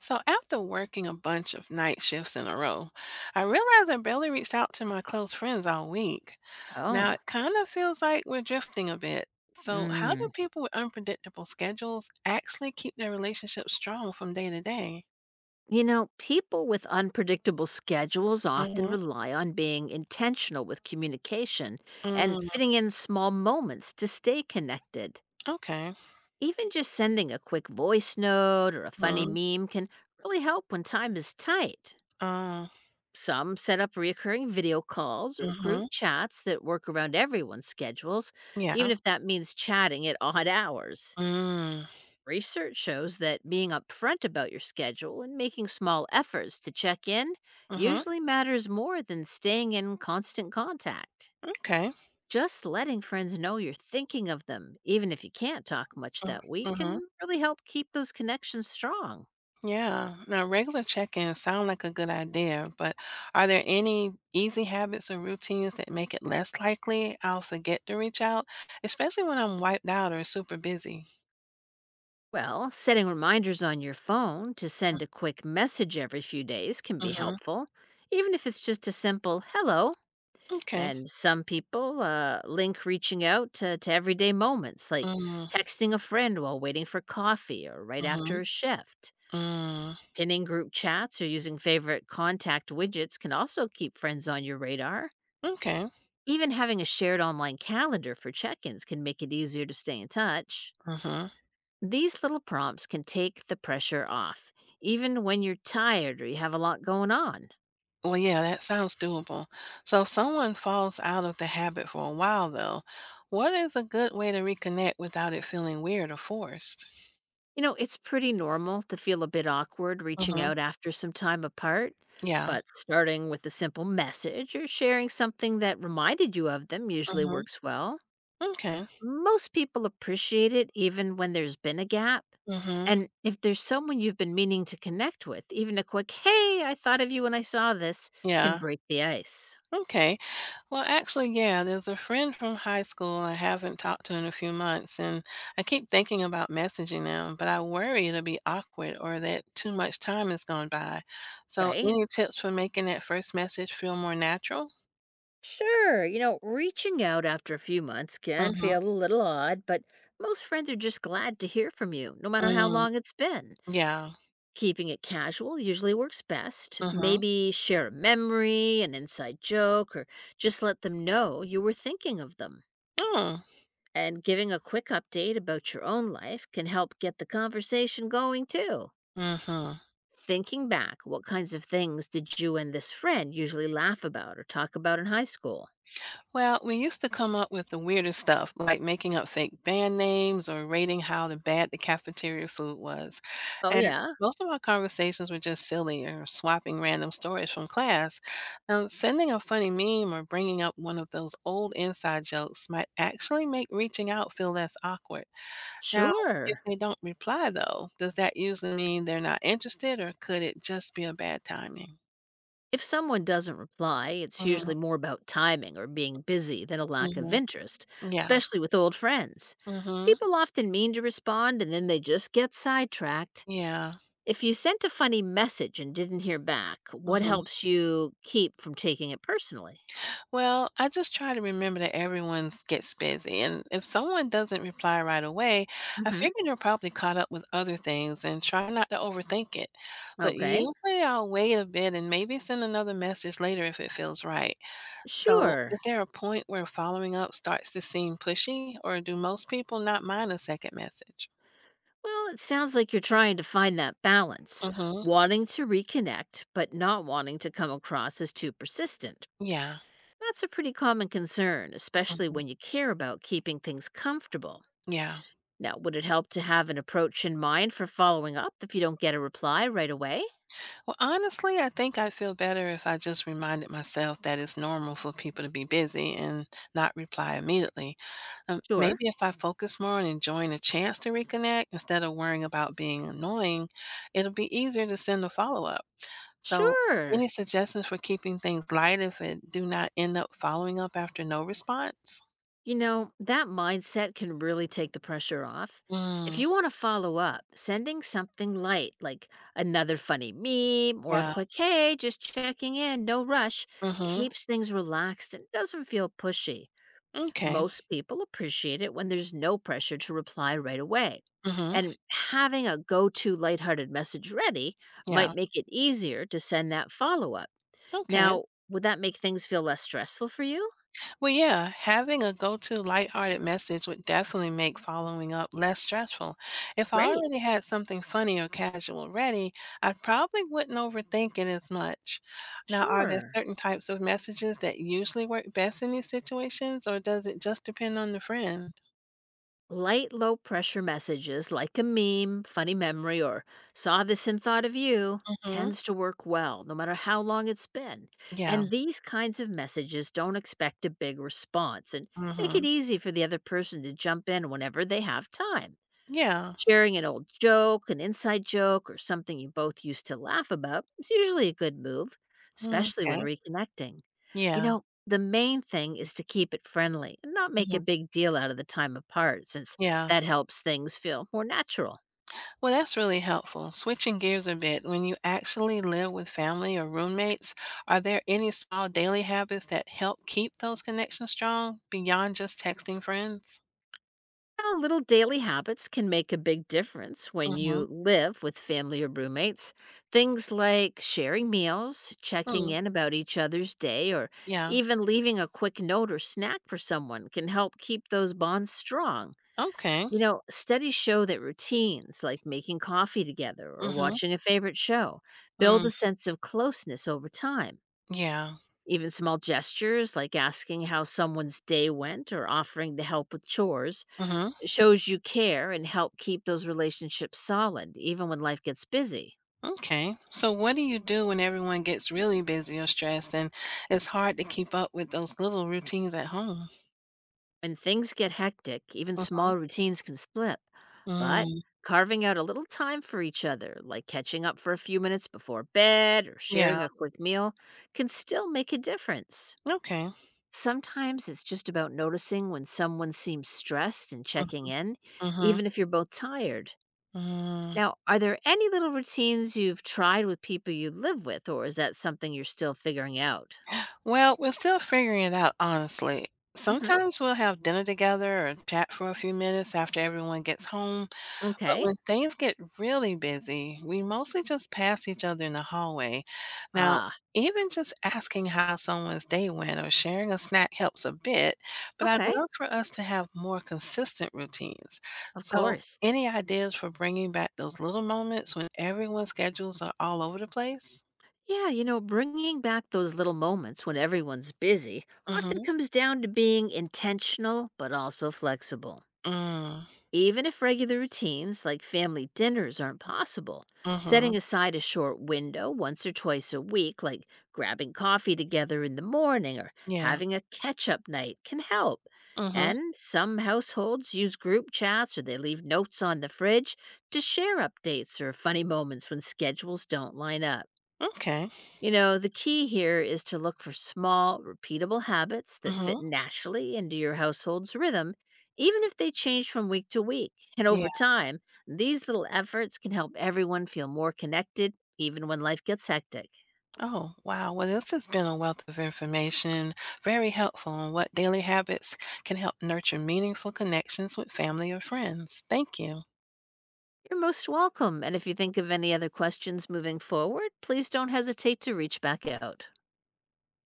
So, after working a bunch of night shifts in a row, I realized I barely reached out to my close friends all week. Now, Oh, it kind of feels like we're drifting a bit. So, how do mm. people with unpredictable schedules actually keep their relationships strong from day to day? People with unpredictable schedules often Mm-hmm. rely on being intentional with communication and Mm, fitting in small moments to stay connected. okay. Even just sending a quick voice note or a funny Mm, meme can really help when time is tight. uh, Some set up recurring video calls or group mm-hmm. chats that work around everyone's schedules, even Yeah. if that means chatting at odd hours. Mm, Research shows that being upfront about your schedule and making small efforts to check in mm-hmm. usually matters more than staying in constant contact. Okay. Just letting friends know you're thinking of them, even if you can't talk much Mm, that week, Mm-hmm. can really help keep those connections strong. Yeah. Now, regular check-ins sound like a good idea, but are there any easy habits or routines that make it less likely I'll forget to reach out, especially when I'm wiped out or super busy? Well, setting reminders on your phone to send a quick message every few days can be Mm-hmm. helpful, even if it's just a simple hello. Okay. And some people link reaching out to everyday moments, like Mm-hmm. texting a friend while waiting for coffee or right after a shift. Mm. Pinning group chats or using favorite contact widgets can also keep friends on your radar. Okay. Even having a shared online calendar for check ins can make it easier to stay in touch. Mm-hmm. These little prompts can take the pressure off, even when you're tired or you have a lot going on. Well, yeah, that sounds doable. So if someone falls out of the habit for a while, though, what is a good way to reconnect without it feeling weird or forced? You know, it's pretty normal to feel a bit awkward reaching Mm-hmm. out after some time apart, Yeah. but starting with a simple message or sharing something that reminded you of them usually Mm-hmm. works well. Okay. Most people appreciate it even when there's been a gap. Mm-hmm. And if there's someone you've been meaning to connect with, even a quick, hey, I thought of you when I saw this, can Yeah. break the ice, Okay. Well, actually, yeah, there's a friend from high school I haven't talked to in a few months, and I keep thinking about messaging them, but I worry it'll be awkward or that too much time has gone by. So, right? any tips for making that first message feel more natural? Sure, you know, reaching out after a few months can Mm-hmm. feel a little odd, but most friends are just glad to hear from you, no matter how Mm, long it's been. yeah. Keeping it casual usually works best. Mm-hmm. Maybe share a memory, an inside joke, or just let them know you were thinking of them. Mm. And giving a quick update about your own life can help get the conversation going too. Mm-hmm. Thinking back, what kinds of things did you and this friend usually laugh about or talk about in high school? Well, we used to come up with the weirdest stuff, like making up fake band names or rating how the bad the cafeteria food was. Oh, And yeah, most of our conversations were just silly or swapping random stories from class. Now, sending a funny meme or bringing up one of those old inside jokes might actually make reaching out feel less awkward. Now, if sure. they don't reply, though, does that usually mean they're not interested or could it just be a bad timing? If someone doesn't reply, it's Mm-hmm. usually more about timing or being busy than a lack Hmm. of interest, Yeah. especially with old friends. Hmm. People often mean to respond and then they just get sidetracked. Yeah. If you sent a funny message and didn't hear back, what Hmm. helps you keep from taking it personally? Well, I just try to remember that everyone gets busy, and if someone doesn't reply right away, I Hmm. figure they're probably caught up with other things and try not to overthink it. But Okay. usually I'll wait a bit and maybe send another message later if it feels right. So, Sure. is there a point where following up starts to seem pushy, or do most people not mind a second message? Well, it sounds like you're trying to find that balance, Mm-hmm. wanting to reconnect, but not wanting to come across as too persistent. Yeah. That's a pretty common concern, especially Hmm. when you care about keeping things comfortable. Yeah. Now, would it help to have an approach in mind for following up if you don't get a reply right away? Well, honestly, I think I'd feel better if I just reminded myself that it's normal for people to be busy and not reply immediately. Sure. Maybe if I focus more on enjoying the chance to reconnect instead of worrying about being annoying, it'll be easier to send a follow up. So, Sure. any suggestions for keeping things light if it do not end up following up after no response? You know, that mindset can really take the pressure off. If Mm, you want to follow up, sending something light like another funny meme or a yeah. quick, hey, just checking in, no rush, Mm-hmm. keeps things relaxed and doesn't feel pushy. Okay. Most people appreciate it when there's no pressure to reply right away. Mm-hmm. And having a go to lighthearted message ready might Yeah. make it easier to send that follow up. Okay. Now, would that make things feel less stressful for you? Well, yeah, having a go to lighthearted message would definitely make following up less stressful. If I Great. already had something funny or casual ready, I probably wouldn't overthink it as much. Now, are there Sure. certain types of messages that usually work best in these situations, or does it just depend on the friend? Light, low pressure messages like a meme, funny memory, or saw this and thought of you Mm-hmm. tends to work well, no matter how long it's been. Yeah. And these kinds of messages don't expect a big response and make it Mm-hmm. easy for the other person to jump in whenever they have time. Yeah. Sharing an old joke, an inside joke, or something you both used to laugh about is usually a good move, Mm, especially when okay. reconnecting. You Yeah. know, the main thing is to keep it friendly and not make Hmm. a big deal out of the time apart, since Yeah. that helps things feel more natural. Well, that's really helpful. Switching gears a bit, when you actually live with family or roommates, are there any small daily habits that help keep those connections strong beyond just texting friends? Well, little daily habits can make a big difference when Mm-hmm. you live with family or roommates. Things like sharing meals, checking Mm. in about each other's day, or Yeah. even leaving a quick note or snack for someone can help keep those bonds strong. Okay. You know, studies show that routines like making coffee together or Mm-hmm. watching a favorite show build Mm. a sense of closeness over time. Yeah. Even small gestures like asking how someone's day went or offering to help with chores Mm-hmm. shows you care and help keep those relationships solid even when life gets busy. Okay. So, what do you do when everyone gets really busy or stressed and it's hard to keep up with those little routines at home? When things get hectic, even Mm-hmm. small routines can slip. But Mm. carving out a little time for each other, like catching up for a few minutes before bed or Yeah. sharing a quick meal, can still make a difference. Okay. Sometimes it's just about noticing when someone seems stressed and checking in, Mm-hmm. even if you're both tired. Mm. Now, are there any little routines you've tried with people you live with, or is that something you're still figuring out? Well, we're still figuring it out, honestly. Hmm. Sometimes we'll have dinner together or chat for a few minutes after everyone gets home, but Okay. when things get really busy, we mostly just pass each other in the hallway. Now, Ah, even just asking how someone's day went or sharing a snack helps a bit, but I'd okay. love for us to have more consistent routines. Of So, course. any ideas for bringing back those little moments when everyone's schedules are all over the place? Yeah, you know, bringing back those little moments when everyone's busy often Mm-hmm. comes down to being intentional but also flexible. Mm, Even if regular routines like family dinners aren't possible, setting mm-hmm. aside a short window once or twice a week, like grabbing coffee together in the morning or Yeah. having a catch up night, can help. Mhm. And some households use group chats or they leave notes on the fridge to share updates or funny moments when schedules don't line up. Okay. You know, the key here is to look for small, repeatable habits that fit Mhm. naturally into your household's rhythm, even if they change from week to week. And Yeah. over time, these little efforts can help everyone feel more connected, even when life gets hectic. Oh, wow. Well, this has been a wealth of information, very helpful on what daily habits can help nurture meaningful connections with family or friends. Thank you. You're most welcome. And if you think of any other questions moving forward, please don't hesitate to reach back out.